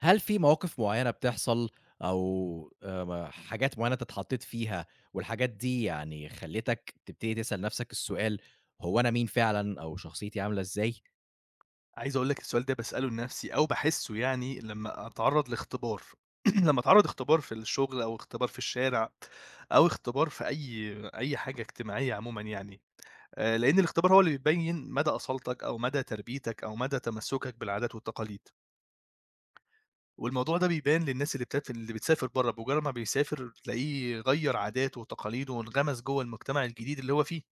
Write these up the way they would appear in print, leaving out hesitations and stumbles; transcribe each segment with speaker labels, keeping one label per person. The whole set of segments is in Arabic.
Speaker 1: هل في مواقف معيّنة بتحصل أو حاجات معيّنة أنت اتحطّيت فيها، والحاجات دي يعني خلّتك تبتدي تسأل نَفْسك السؤال: هو أنا مين فعلًا، أو شخصيتي عاملة إزاي؟
Speaker 2: عايز أقول لك السؤال ده باسأله لنفسي أو باحسّه يعني لمّا أتعرّض لاختبار. لمّا أتعرّض اختبار في الشغل أو اختبار في الشارع أو اختبار في أي حاجة اجتماعية عمومًا يعني. لإن الاختبار هو اللي بيبيّن مدى أصالتك أو مدى تربيتك أو مدى تمسّكك بالعادات والتقاليد. والموضوع ده بيبان للناس اللي بتسافر برّه، بمجرّد ما بيسافر تلاقيه غيّر عاداته وتقاليده وانغمس جوّه المجتمع الجديد اللي هو فيه.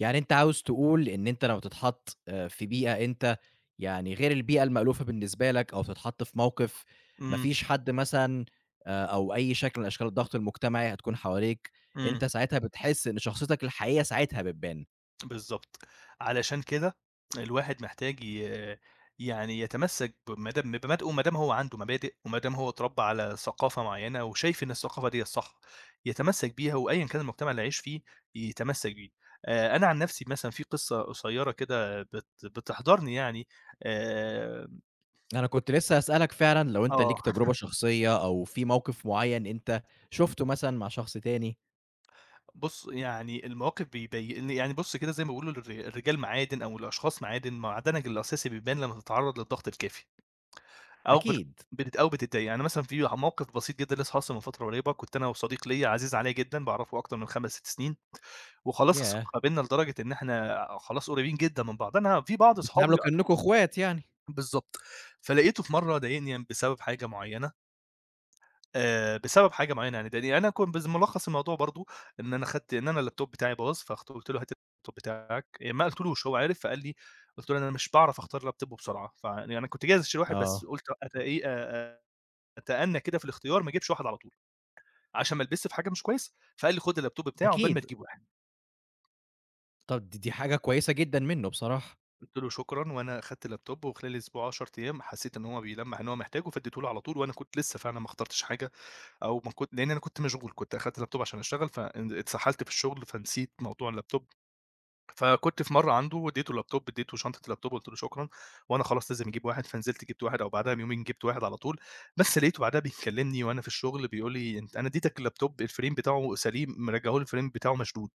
Speaker 1: يعني أنت عاوز تقول إن أنت لمّا تتحَط في بيئة أنت يعني غير البيئة المألوفة بالنسبة لك، أو تتحَط في موقِف ما
Speaker 2: إمم،
Speaker 1: فيش حد مثلًا، أو أي شكل من أشكال الضغط المجتمعي هتكون حواليك،
Speaker 2: إمم.
Speaker 1: أنت ساعتها بتحس إن شخصيتك الحقيقية ساعتها بتبان.
Speaker 2: بالضبط. علشان كده الواحد محتاج يعني يتمسّك بمبادئه ما دام هو عنده مبادئ وما دام هو اتربى على ثقافة معيّنة وشايف إن الثقافة دي الصح. يتمسّك بيها وأيًا كان المجتمع اللي هيعيش فيه يتمسّك بيه. أنا عن نفسي مثلًا في قصة قصيّرة كده بتحضرني يعني آآ
Speaker 1: أنا كنت لسه هاسألك فعلًا لو أنت ليك
Speaker 2: آه.
Speaker 1: تجربة شخصية، أو في موقف معيّن أنت شُفته مثلًا مع شخص تاني.
Speaker 2: بُص، يعني المواقف بيبي يعني بُص كده زي ما بيقولوا الرجال معادن أو الأشخاص معادن، معدنك الأساسي بيبان لمّا تتعرّض للضغط الكافي. أو بت
Speaker 1: أكيد.
Speaker 2: بت أو بتتضايقي. يعني مثلًا في موقف بسيط جدًا لسه حاصل من فترة قريبة، كنت أنا وصديق ليّا عزيز عليّا جدًا باعرفه أكتر من 5، 6 سنين. وخلاص
Speaker 1: ياه!
Speaker 2: الصداقة بيننا لدرجة إن إحنا خلاص قريبين جدًا من بعض، أنا في بعض أصحابي.
Speaker 1: بتتعاملوا كإنكم أخوات يعني.
Speaker 2: بالضبط. فلقيته في مرة ضايقني بسبب حاجة معيّنة. يعني ضايقني. أنا كنت بس ملخص الموضوع برضه إن أنا خدت إن أنا اللابتوب بتاعي باظ. قُلت له: "هات اللابتوب بتاعك." يعني ما قلتلوش، هو عرف فقال لي قلت له: "أنا مش باعرف أختار لابتوب بسرعة." فيعني أنا كنت جاهز أشتري واحد بس
Speaker 1: آه،
Speaker 2: قلت أتأيه أتأنّى كده في الاختيار، ما اجيبش واحد على طول. عشان ما البسّه في حاجة مش كويسة. فقال لي خُد اللابتوب بتاعي عقبال ما
Speaker 1: أكيد.
Speaker 2: تجيب واحد.
Speaker 1: طب دي حاجة كويسة جدًا منّه بصراحة.
Speaker 2: قُلت له: "شكرًا." وأنا أخدت اللابتوب وخلال أسبوع، 10 أيام حسّيت إن هو بيلمّح إن هو محتاجه، فاديته له على طول وأنا كنت لسّه فعلًا ما اخترتش حاجة. أو ما كنت لإن أنا كنت مشغول، كنت أخدت اللابتوب عشان أشتغل، فان اتسحلت في الشغل، فنسيت موضوع اللابتوب. فكنت في مرّة عنده واديته اللابتوب، اديته شنطة اللابتوب قُلت له: "شكرًا، وأنا خلاص لازم أجيب واحد." فنزلت جبت واحد أو بعدها بيومين جبت واحد على طول. بس لقيته بعدها بيكلمني وأنا في الشغل بيقول لي: "أنت أنا اديتك اللابتوب الframe بتاعه سليم، مرجّعه لي الframe بتاعه مشدود."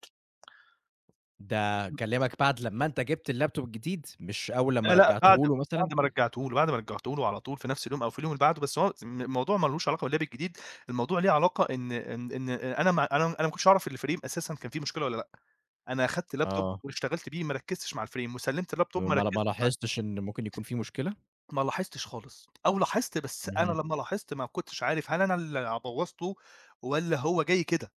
Speaker 1: ده كلّمك بعد لمّا أنت جِبت اللابتوب الجديد، مش أول
Speaker 2: لا،
Speaker 1: لمّا
Speaker 2: لأ،
Speaker 1: رجّعته له مثلًا؟
Speaker 2: بعد ما رجّعته له على طول في نفس اليوم أو في اليوم اللي بعده. بس هو الموضوع ما لوش علاقة باللاب الجديد. الموضوع ليه علاقة إن أنا ما أنا أنا ما كنتش أعرف الframe أساسًا كان فيه مشكلة والّا لأ. أنا أخدت لابتوب
Speaker 1: آه.
Speaker 2: واشتغلت بيه ما ركّزتش مع الframe وسلِّمت اللابتوب ما
Speaker 1: ما
Speaker 2: ركّزتش.
Speaker 1: لاحظتش إن ممكن يكون في مشكلة؟
Speaker 2: ما لاحظتش خالص. أو لاحظت بس أنا
Speaker 1: اهم.
Speaker 2: لمّا لاحظت ما كنتش عارف هل أنا اللي بوّظته والّا هو جاي كده.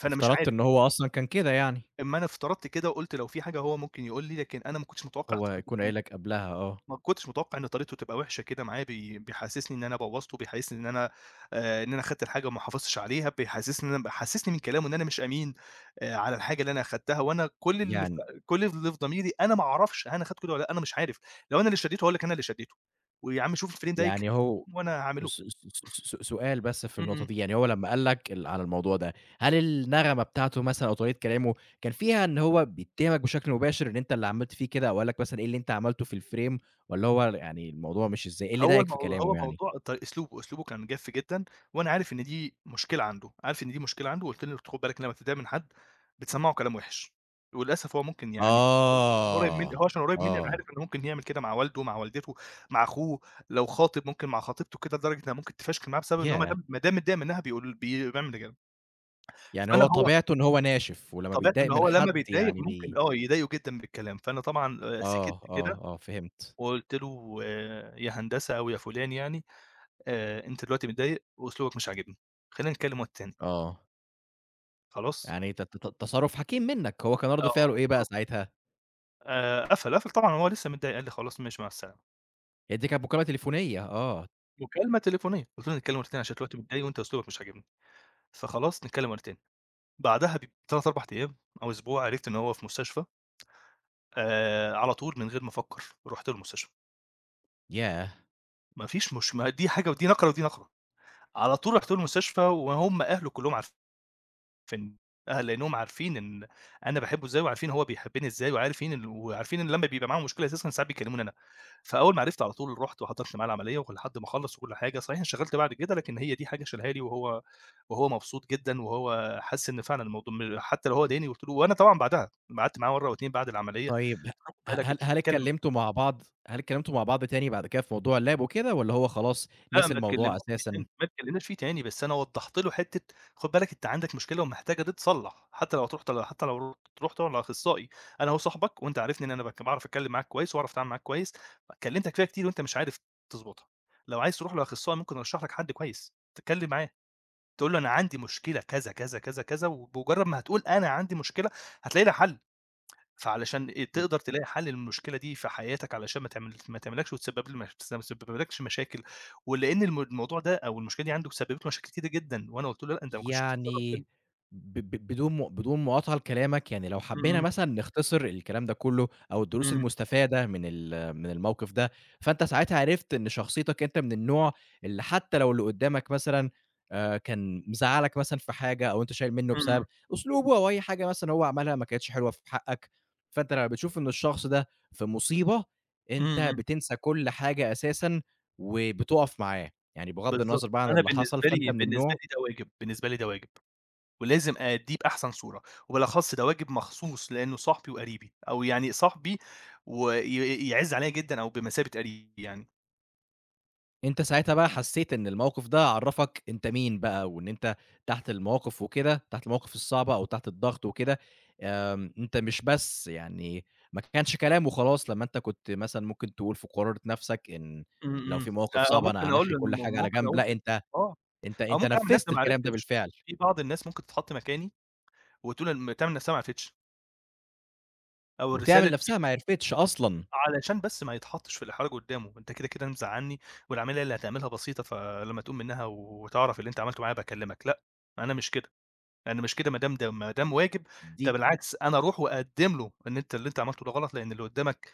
Speaker 2: فأنا مش
Speaker 1: افترضت
Speaker 2: عارف.
Speaker 1: إن هو أصلًا كان كده يعني.
Speaker 2: أمّا أنا افترضت كده وقُلت لو في حاجة هو ممكن يقول لي، لكن أنا
Speaker 1: هو يكون قايل لك قبلها آه.
Speaker 2: ما كنتش متوقع إن طريقته تبقى وحشة كده معايا. بيحسسني إن أنا بوّظته، بيحسسني إن أنا إن أنا خدت الحاجة وما حافظتش عليها. بيحسسني من كلامه إن أنا مش أمين على الحاجة اللي أنا أخدتها. وأنا
Speaker 1: يعني
Speaker 2: كل اللي في ضميري أنا ما أعرفش أنا أخدت كده والّا لأ. أنا مش عارف. لو أنا اللي شديته هاقول لك أنا اللي شديته، ويا عم شوف الframe ده
Speaker 1: يعني هو
Speaker 2: وأنا هاعمله.
Speaker 1: س س س س سؤال بس في
Speaker 2: إمم،
Speaker 1: النقطة
Speaker 2: إمم.
Speaker 1: دي، يعني هو لمّا قال لك على الموضوع ده، هل النغمة بتاعته مثلًا أو طريقة كلامه كان فيها إن هو بيتهمك بشكل مباشر إن أنت اللي عملت فيه كده؟ أو قال لك مثلًا إيه اللي أنت عملته في الframe؟ والّا هو يعني الموضوع مش إزاي، إيه اللي ضايقك في كلامه
Speaker 2: هو
Speaker 1: يعني؟
Speaker 2: موضوع أسلوبه، أسلوبه كان جاف جدًا. وأنا عارف إن دي مشكلة عنده، عارف إن دي مشكلة عنده. وقُلت له خُد بالك لمّا بتتضايق من حد بتسمّعه كلام وِحِش. وللأسف هو ممكن يعني قريب مني،
Speaker 1: آه،
Speaker 2: هو عشان قريب مني أنا
Speaker 1: آه.
Speaker 2: عارف إنه ممكن يعمل كده مع والده، مع والدته، مع أخوه. لو خاطب ممكن مع خطيبته كده لدرجة إنها ممكن تفشكل معاه بسبب إن هو ما
Speaker 1: ياه!
Speaker 2: دام ما دام متضايق منها بيقول بي بيعمل كده.
Speaker 1: يعني هو
Speaker 2: هو
Speaker 1: طبيعته إن هو ناشف، ولمّا
Speaker 2: طبيعته إن
Speaker 1: بيتضايق من
Speaker 2: هو لمّا
Speaker 1: حد
Speaker 2: بيتضايق
Speaker 1: يعني
Speaker 2: ممكن
Speaker 1: بي،
Speaker 2: يضايقه جدًا بالكلام. فأنا طبعًا سكِت
Speaker 1: آه،
Speaker 2: كده
Speaker 1: آه، آه، فهمت.
Speaker 2: وقُلت له: "يا هندسة أو يا فُلان يعني، أنت دلوقتي متضايق وأسلوبك مش عاجبني. خلّينا نتكلّم وقت تاني،
Speaker 1: آه،
Speaker 2: خلاص؟"
Speaker 1: يعني ت ت ت تصرُّف حكيم منّك، هو كان رَد
Speaker 2: آه.
Speaker 1: فعله إيه بقى ساعتها؟
Speaker 2: قفل طبعًا وهو لسه متضايق، قال لي: "خلاص ماشي مع السلامة."
Speaker 1: هي دي كانت مكالمة تليفونية، آه.
Speaker 2: مكالمة تليفونية. قُلت له: "نتكلّم وقت تاني عشان دلوقتي متضايق وأنت أسلوبك مش عاجبني. فخلاص نتكلّم وقت تاني." بعدها ب 3، 4 أيام أو أسبوع عرفت إن هو في مستشفى. على طول من غير ما أفكّر، رُحت له المستشفى.
Speaker 1: ياه!
Speaker 2: ما فيش مش ما دي حاجة ودي نقرة ودي نقرة. على طول رُحت له المستشفى وهُم أهله كلّهم عارفين. في إن آه، لأنهم عارفين إن أنا باحبه إزاي، وعارفين هو بيحبني إزاي، وعارفين إن لمّا بيبقى معاهم مشكلة أساسًا ساعات بيكلموني أنا. فأول ما عرفت على طول رُحت وحضرت معاه العملية ولحد ما خلّص وكل حاجة. صحيح انشغلت بعد كده، لكن هي دي حاجة شالها لي وهو مبسوط جدًا. وهو حَس إن فعلًا الموضوع حتى لو هو ضايقني قُلت له. وأنا طبعًا بعدها قعدت معاه مرّة و2 بعد العملية.
Speaker 1: طيب
Speaker 2: خدت
Speaker 1: ه
Speaker 2: بالك
Speaker 1: هل هل
Speaker 2: اتكلم.
Speaker 1: اتكلمتوا مع بعض، هل اتكلمتوا مع بعض تاني بعد كده في موضوع اللاب وكده، والّا هو خلاص
Speaker 2: لأ، ما
Speaker 1: نسي الموضوع
Speaker 2: اتكلمناش فيه
Speaker 1: أساسًا؟
Speaker 2: تاني، ما اتكلمناش فيه تاني. بس أنا وضّحت له حتّة: خُد بالك أنت عندك مشكلة ومحتاجة تتصلّح، حتى لو تروح تقعد مع أخصائي. أنا أهو صاحبك وأنت عارفني إن أنا باعرف أتكلم معاك كويس وأعرف أتعامل معاك كويس. كلمتك فيها كتير وأنت مش عارف تضبطها. لو عايز تروح لأخصائي ممكن أرشّح لك حد كويس، تتكلم معاه، تقول له أنا عندي مشكلة كذا، كذا، كذا، كذا. وبمجرد ما هتقول أنا عندي مشكلة هتلاقي لها حل. فعلشان إيه، تقدر تلاقي حل للمشكلة دي في حياتك علشان ما تعملكش وتسبب ل ما تسببلكش مشاكل. ولإن الموضوع ده أو المشكلة دي عنده سببت له مشاكل كتيرة جدًا. وأنا قُلت له: "لأ، أنت ما كنتش تتصرّف كده."
Speaker 1: يعني ب ب بدون بدون مقاطعة لكلامك، يعني لو حبينا
Speaker 2: إمم،
Speaker 1: مثلًا نختصر الكلام ده كله أو الدروس
Speaker 2: إمم،
Speaker 1: المستفادة من الموقف ده، فأنت ساعتها عرفت إن شخصيتك أنت من النوع اللي حتى لو اللي قدّامك مثلًا كان مزعّلك مثلًا في حاجة، أو أنت شايل منّه
Speaker 2: إمم،
Speaker 1: بسبب أسلوبه أو أي حاجة مثلًا هو عملها ما كانتش حلوة في حقك، فأنت لمّا بتشوف إن الشخص ده في مصيبة، أنت
Speaker 2: إمم، إمم.
Speaker 1: بتنسى كل حاجة أساسًا وبتُقف معاه، يعني بغض
Speaker 2: بالضبط.
Speaker 1: النظر بقى عن
Speaker 2: أنا
Speaker 1: اللي حصل،
Speaker 2: بالنسبة
Speaker 1: فأنت
Speaker 2: لي
Speaker 1: من
Speaker 2: بالنسبة
Speaker 1: النوع.
Speaker 2: لي ده واجب، بالنسبة لي ده واجب. ولازم أأدّيه بأحسن صورة. وبالأخص ده واجب مخصوص لإنه صاحبي وقريبي. أو يعني صاحبي وي يعِز عليَّ جدًا أو بمثابة قريبي يعني.
Speaker 1: أنت ساعتها بقى حسّيت إن الموقف ده عرّفك أنت مين بقى، وإن أنت تحت المواقف وكده، تحت المواقف الصعبة أو تحت الضغط وكده، أنت مش بس يعني ما كانش كلام وخلاص. لمّا أنت كنت مثلًا ممكن تقول في قرارة نَفْسك إن
Speaker 2: إمم،
Speaker 1: لو
Speaker 2: إمم.
Speaker 1: في مواقف صعبة أنا
Speaker 2: ممكن أقول
Speaker 1: هانَحّي
Speaker 2: له
Speaker 1: كل حاجة على
Speaker 2: ممكن
Speaker 1: جنب،
Speaker 2: أقول،
Speaker 1: لأ أنت،
Speaker 2: آه.
Speaker 1: أنت
Speaker 2: أو
Speaker 1: أنت
Speaker 2: ممكن أعمل نفسي
Speaker 1: نفّذت
Speaker 2: ما
Speaker 1: الكلام ده
Speaker 2: عرفتش.
Speaker 1: بالفعل،
Speaker 2: في بعض الناس ممكن تتحط مكاني وتقول تعمل نفسها ما عرفتش، أو الرسالة
Speaker 1: وتعمل
Speaker 2: تجيب
Speaker 1: نَفْسها ما عرفتش أصلًا،
Speaker 2: علشان بس ما يتحطش في الإحراج قدّامه. أنت كده، كده مزعّلني والعملية اللي هتعملها بسيطة، فلمّا تقوم منها وتعرف اللي أنت عملته معايا باكلمك. لأ، أنا مش كده، أنا مش كده ما دام واجب.
Speaker 1: دي.
Speaker 2: ده بالعكس أنا أروح وأقدّم له إن أنت اللي أنت عملته ده غلط، لإن اللي قدّامك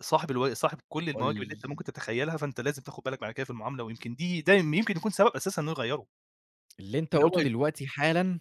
Speaker 2: صاحب كل
Speaker 1: قل،
Speaker 2: المواجب اللي أنت ممكن تتخيلها. فأنت لازم تاخد بالك بعد كده في المعاملة. ويمكن دي ده يمكن يكون سبب أساسًا إنه يغيّره.
Speaker 1: اللي أنت
Speaker 2: إن هو
Speaker 1: قُلته
Speaker 2: ي
Speaker 1: دلوقتي حالًا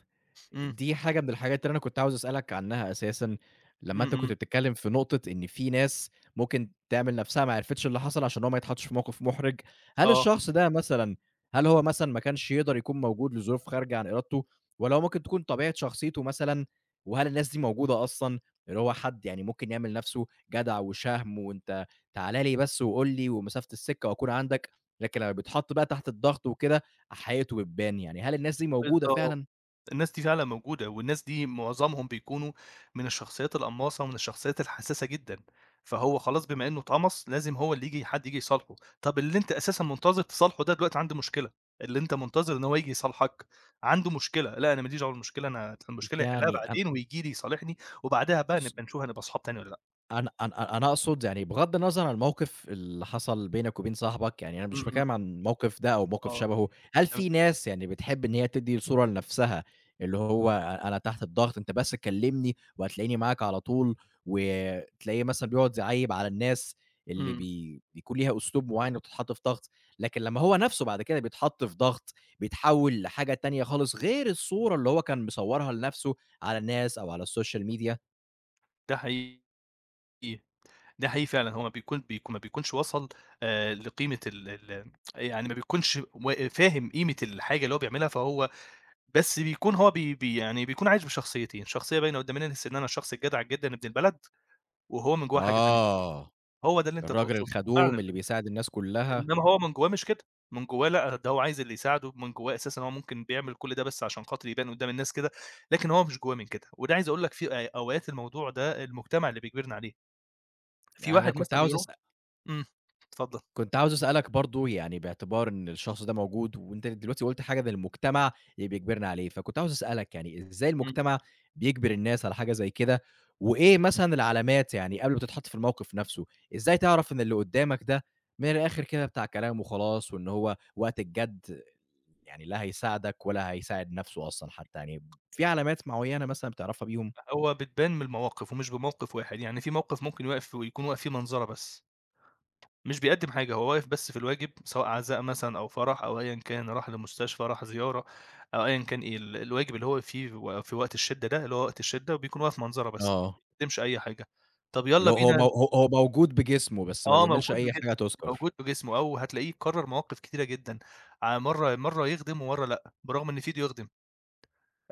Speaker 2: إمم،
Speaker 1: دي حاجة من الحاجات اللي أنا كنت عاوز أسألك عنها أساسًا. لمّا
Speaker 2: إمم،
Speaker 1: أنت كنت
Speaker 2: إمم،
Speaker 1: بتتكلم في نقطة إن في ناس ممكن تعمل نفسها ما عرفتش اللي حصل عشان هو ما يتحطش في موقف محرج، هل
Speaker 2: آه.
Speaker 1: الشخص ده مثلًا، هل هو مثلًا ما كانش يقدر يكون موجود لظروف خارجة عن إرادته، والّا هو ممكن تكون طبيعة شخصيته مثلًا؟ وهل الناس دي موجودة أصلًا، اللي هو حد يعني ممكن يعمل نفسه جدع وشهم، وأنت تعالَ لي بس وقُل لي ومسافة السكة وأكون عندك، لكن لمّا بيتحط بقى تحت الضغط وكده، حقيقته بتبان يعني؟ هل الناس دي موجودة
Speaker 2: بالضبط.
Speaker 1: فعلًا؟
Speaker 2: الناس دي فعلًا موجودة، والناس دي معظمهم بيكونوا من الشخصيات القماصة ومن الشخصيات الحساسة جدًا. فهو خلاص بما إنه اتقمص لازم هو اللي ييجي، حد ييجي يصالحه. طَب اللي أنت أساسًا منتظر تصالحه ده دلوقتي عنده مشكلة. اللي أنت منتظر إن هو ييجي يصالحك عنده مشكلة. لأ أنا ما ليش دعوة بالمشكلة، أنا المشكلة يحلها
Speaker 1: يعني
Speaker 2: بعدين وييجي لي يصالحني. وبعدها بقى
Speaker 1: بُص،
Speaker 2: نبقى نشوف هنبقى صحاب تاني والّا لأ.
Speaker 1: أنا أقصد يعني بغض النظر عن الموقف اللي حصل بينك وبين صاحبك، يعني أنا مش
Speaker 2: إمم، إمم،
Speaker 1: باتكلم عن الموقف ده أو موقف
Speaker 2: آه،
Speaker 1: شبهه. هل
Speaker 2: تمام،
Speaker 1: في ناس يعني بتحب إن هي تدّي صورة لنفسها، اللي هو أنا تحت الضغط أنت بس كلمني وهتلاقيني معاك على طول، وتلاقيه مثلًا بيقعد يعيّب على الناس اللي
Speaker 2: إمم.
Speaker 1: بيكون ليها أسلوب معيّن وبتتحط في ضغط، لكن لمّا هو نفسه بعد كده بيتحط في ضغط، بيتحول لحاجة تانية خالص غير الصورة اللي هو كان مصورها لنفسه على الناس أو على الSocial Media.
Speaker 2: ده حقيقي. ده حقيقي فعلًا. هو ما بيكونش وصل لقيمة ال ال يعني ما بيكونش فاهم قيمة الحاجة اللي هو بيعملها. فهو بس بيكون هو بي بي يعني بيكون عايش بشخصيتين، شخصية باينة قدّام الناس إن أنا الشخص الجدع جدًا ابن البلد. وهو من جواه حاجة تانية.
Speaker 1: آه.
Speaker 2: هو ده اللي أنت
Speaker 1: الراجل
Speaker 2: تقصده؟
Speaker 1: الخدوم
Speaker 2: فعلًا.
Speaker 1: اللي بيساعد الناس كلها.
Speaker 2: إنما هو من جواه مش كده. من جواه لأ، ده هو عايز اللي يساعده. من جواه أساسًا هو ممكن بيعمل كل ده بس عشان خاطر يبان قدّام الناس كده. لكن هو مش جواه من كده. وده عايز أقول لك في أوقات الموضوع ده المجتمع اللي بيجبرنا عليه. في
Speaker 1: أنا
Speaker 2: واحد
Speaker 1: كنت
Speaker 2: مثلًا
Speaker 1: عاوز
Speaker 2: يروح.
Speaker 1: أسأ
Speaker 2: إمم، اتفضل،
Speaker 1: كنت عاوز أسألك برضه يعني باعتبار إن الشخص ده موجود، وأنت دلوقتي قُلت حاجة إن المجتمع اللي بيجبرنا عليه، فكنت عاوز أسألك يعني إزاي
Speaker 2: إمم.
Speaker 1: المجتمع بيجبر الناس على حاجة زي كده؟ وإيه مثلًا العلامات يعني قبل ما تتحط في الموقف نفسه، إزاي تعرف إن اللي قدامك ده من الآخر كده بتاع كلام وخلاص، وإن هو وقت الجد يعني لا هيساعدك ولا هيساعد نفسه أصلًا حتى يعني، في علامات معينة مثلًا بتعرفها بيهم؟
Speaker 2: هو بتبان من المواقف ومش بموقف واحد. يعني في موقف ممكن يوقف ويكون واقف فيه منظرة بس. مش بيقدّم حاجة، هو واقف بس في الواجب سواء عزاء مثلًا أو فرح أو أيًا كان، راح لمستشفى، راح زيارة أو أيًا كان. إيه الواجب اللي هو واقف فيه و في وقت الشدة ده، اللي هو وقت الشدة وبيكون واقف منظرة بس،
Speaker 1: آه.
Speaker 2: ما بيقدّمش أي حاجة. طب يالّا
Speaker 1: اللي هو هو مو
Speaker 2: بينا.
Speaker 1: هو هو موجود بجسمه، بس ما
Speaker 2: آه،
Speaker 1: بيعملش
Speaker 2: موجود
Speaker 1: أي
Speaker 2: بجسمه.
Speaker 1: حاجة تُذكر.
Speaker 2: موجود بجسمه أو هتلاقيه كرّر مواقف كتيرة جدًا. مرّة يخدم ومرّة لأ، برغم إن في إيده يخدم.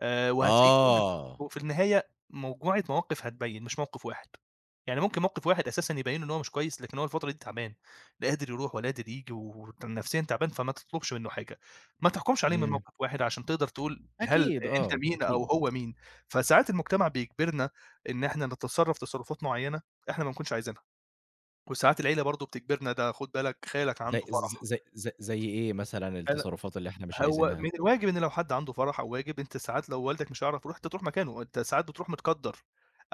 Speaker 2: وهتلاقيه كل.
Speaker 1: آه،
Speaker 2: وفي النهاية مجموعة مواقف هتبيّن مش موقف واحد. يعني ممكن موقف واحد أساسًا يبيّن إن هو مش كويس، لكن هو الفترة دي تعبان. لا قادر يروح ولا قادر ييجي ونفسيًا تعبان، فما تطلبش منّه حاجة. ما تحكمش عليه من
Speaker 1: إمم،
Speaker 2: موقف واحد عشان تقدر تقول هل
Speaker 1: أكيد
Speaker 2: أنت
Speaker 1: آه،
Speaker 2: مين أو
Speaker 1: أكيد.
Speaker 2: هو مين. فساعات المجتمع بيجبرنا إن إحنا نتصرّف تصرفات معيّنة إحنا ما نكونش عايزينها. وساعات العيلة برضه بتجبرنا، ده خُد بالك خالك
Speaker 1: زي
Speaker 2: عنده
Speaker 1: ز
Speaker 2: فرح.
Speaker 1: زي زي زي إيه مثلًا التصرفات اللي إحنا مش
Speaker 2: هو من
Speaker 1: عايزينها؟
Speaker 2: الواجب إن لو حد عنده فرح أو واجب، أنت ساعات لو والدك مش هيعرف يروح، أنت تروح مكانه. أنت ساعات بتروح متقدّر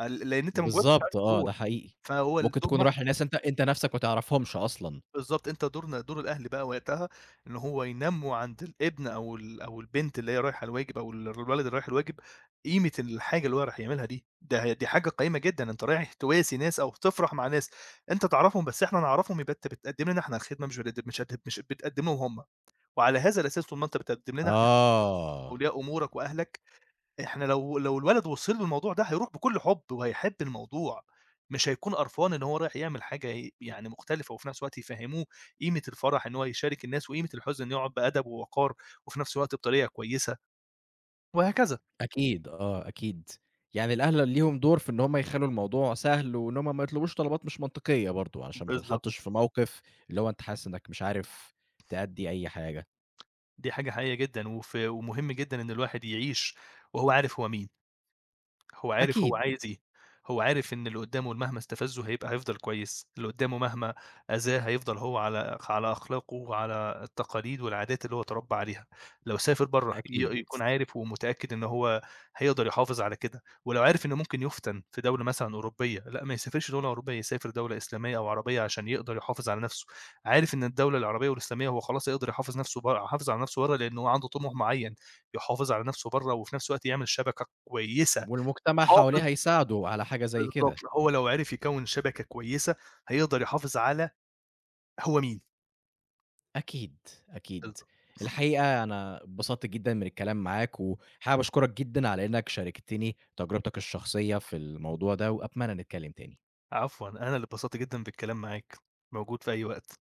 Speaker 2: لإن أنت من جواك مش عايز
Speaker 1: بالضبط آه،
Speaker 2: تروح.
Speaker 1: ده حقيقي.
Speaker 2: فهو
Speaker 1: ممكن
Speaker 2: الدور
Speaker 1: تكون
Speaker 2: مح
Speaker 1: رايح لناس أنت نَفْسك ما تعرفهمش أصلًا.
Speaker 2: بالضبط. دورنا دور الأهل بقى وقتها إن هو ينمّوا عند الابن أو البنت اللي هي رايحة الواجب أو ال الولد اللي رايح الواجب. قيمة الحاجة اللي هو رايح يعملها دي، ده هي دي حاجة قيّمة جدًا. أنت رايح تواسي ناس أو تفرح مع ناس أنت تعرفهم. بس إحنا نعرفهم يبقى أنت بتقدّم لنا إحنا الخدمة، مش بتقد مش هت مش بتقدّم لهم هم. وعلى هذا الأساس طول ما أنت بتقدّم لنا إحنا
Speaker 1: آه،
Speaker 2: أولياء أمورك وأهلك، إحنا لو الولد وصل له الموضوع ده هيروح بكل حُب وهيحب الموضوع. مش هيكون قرفان إن هو رايح يعمل حاجة يعني مختلفة. وفي نفس الوقت يفهّموه قيمة الفرح إن هو يشارك الناس، وقيمة الحزن إنه يقعد بأدب ووقار، وفي نفس الوقت بطريقة كويسة وهكذا.
Speaker 1: أكيد آه، أكيد. يعني الأهل ليهم دور في إن هم يخلّوا الموضوع سهل، وإن هم ما يطلبوش طلبات مش منطقية برضه، علشان ما
Speaker 2: بالضبط.
Speaker 1: تتحطّش في موقف اللي هو أنت حاسس إنّك مش عارف تأدّي أي حاجة.
Speaker 2: دي حاجة حقيقية جدًا. ومهم جدًا إن الواحد يعيش وهو عارف هو مين. هو عارف هو
Speaker 1: أكيد،
Speaker 2: عايز إيه. هو عارف إن اللي قدّامه مهما استفزّه هيفضل كويس، اللي قدّامه مهما أذاه هيفضل هو على على أخلاقه وعلى التقاليد والعادات اللي هو اتربى عليها. لو سافر برّه
Speaker 1: أكيد.
Speaker 2: يكون عارف ومتأكد إن هو هيقدر يحافظ على كده. ولو عارف إنه ممكن يُفتَن في دولة مثلًا أوروبية، لأ ما يسافرش دولة أوروبية، يسافر دولة إسلامية أو عربية عشان يقدر يحافظ على نَفْسه. عارف إن الدولة العربية والإسلامية هو خلاص هيقدر يحافظ على نَفْسه برّه لإن هو عنده طموح معيّن. يحافظ على نَفْسه برّه وفي نَفْس الوقت يعمل شبكة كويسة.
Speaker 1: والمجتمع
Speaker 2: محافظ
Speaker 1: حواليها يساعده على حاجة زي
Speaker 2: بالضبط.
Speaker 1: كده.
Speaker 2: هو لو عرف يكوّن شبكة كويسة، هيقدر يحافظ على هو مين.
Speaker 1: أكيد، أكيد.
Speaker 2: بالضبط.
Speaker 1: الحقيقة أنا اتبسطت جدًا من الكلام معاك، وحابب أشكرك جدًا على إنك شاركتني تجربتك الشخصية في الموضوع ده، وأتمنى نتكلم تاني.
Speaker 2: عفوًا، أنا اللي اتبسطت جدًا بالكلام معاك. موجود في أي وقت.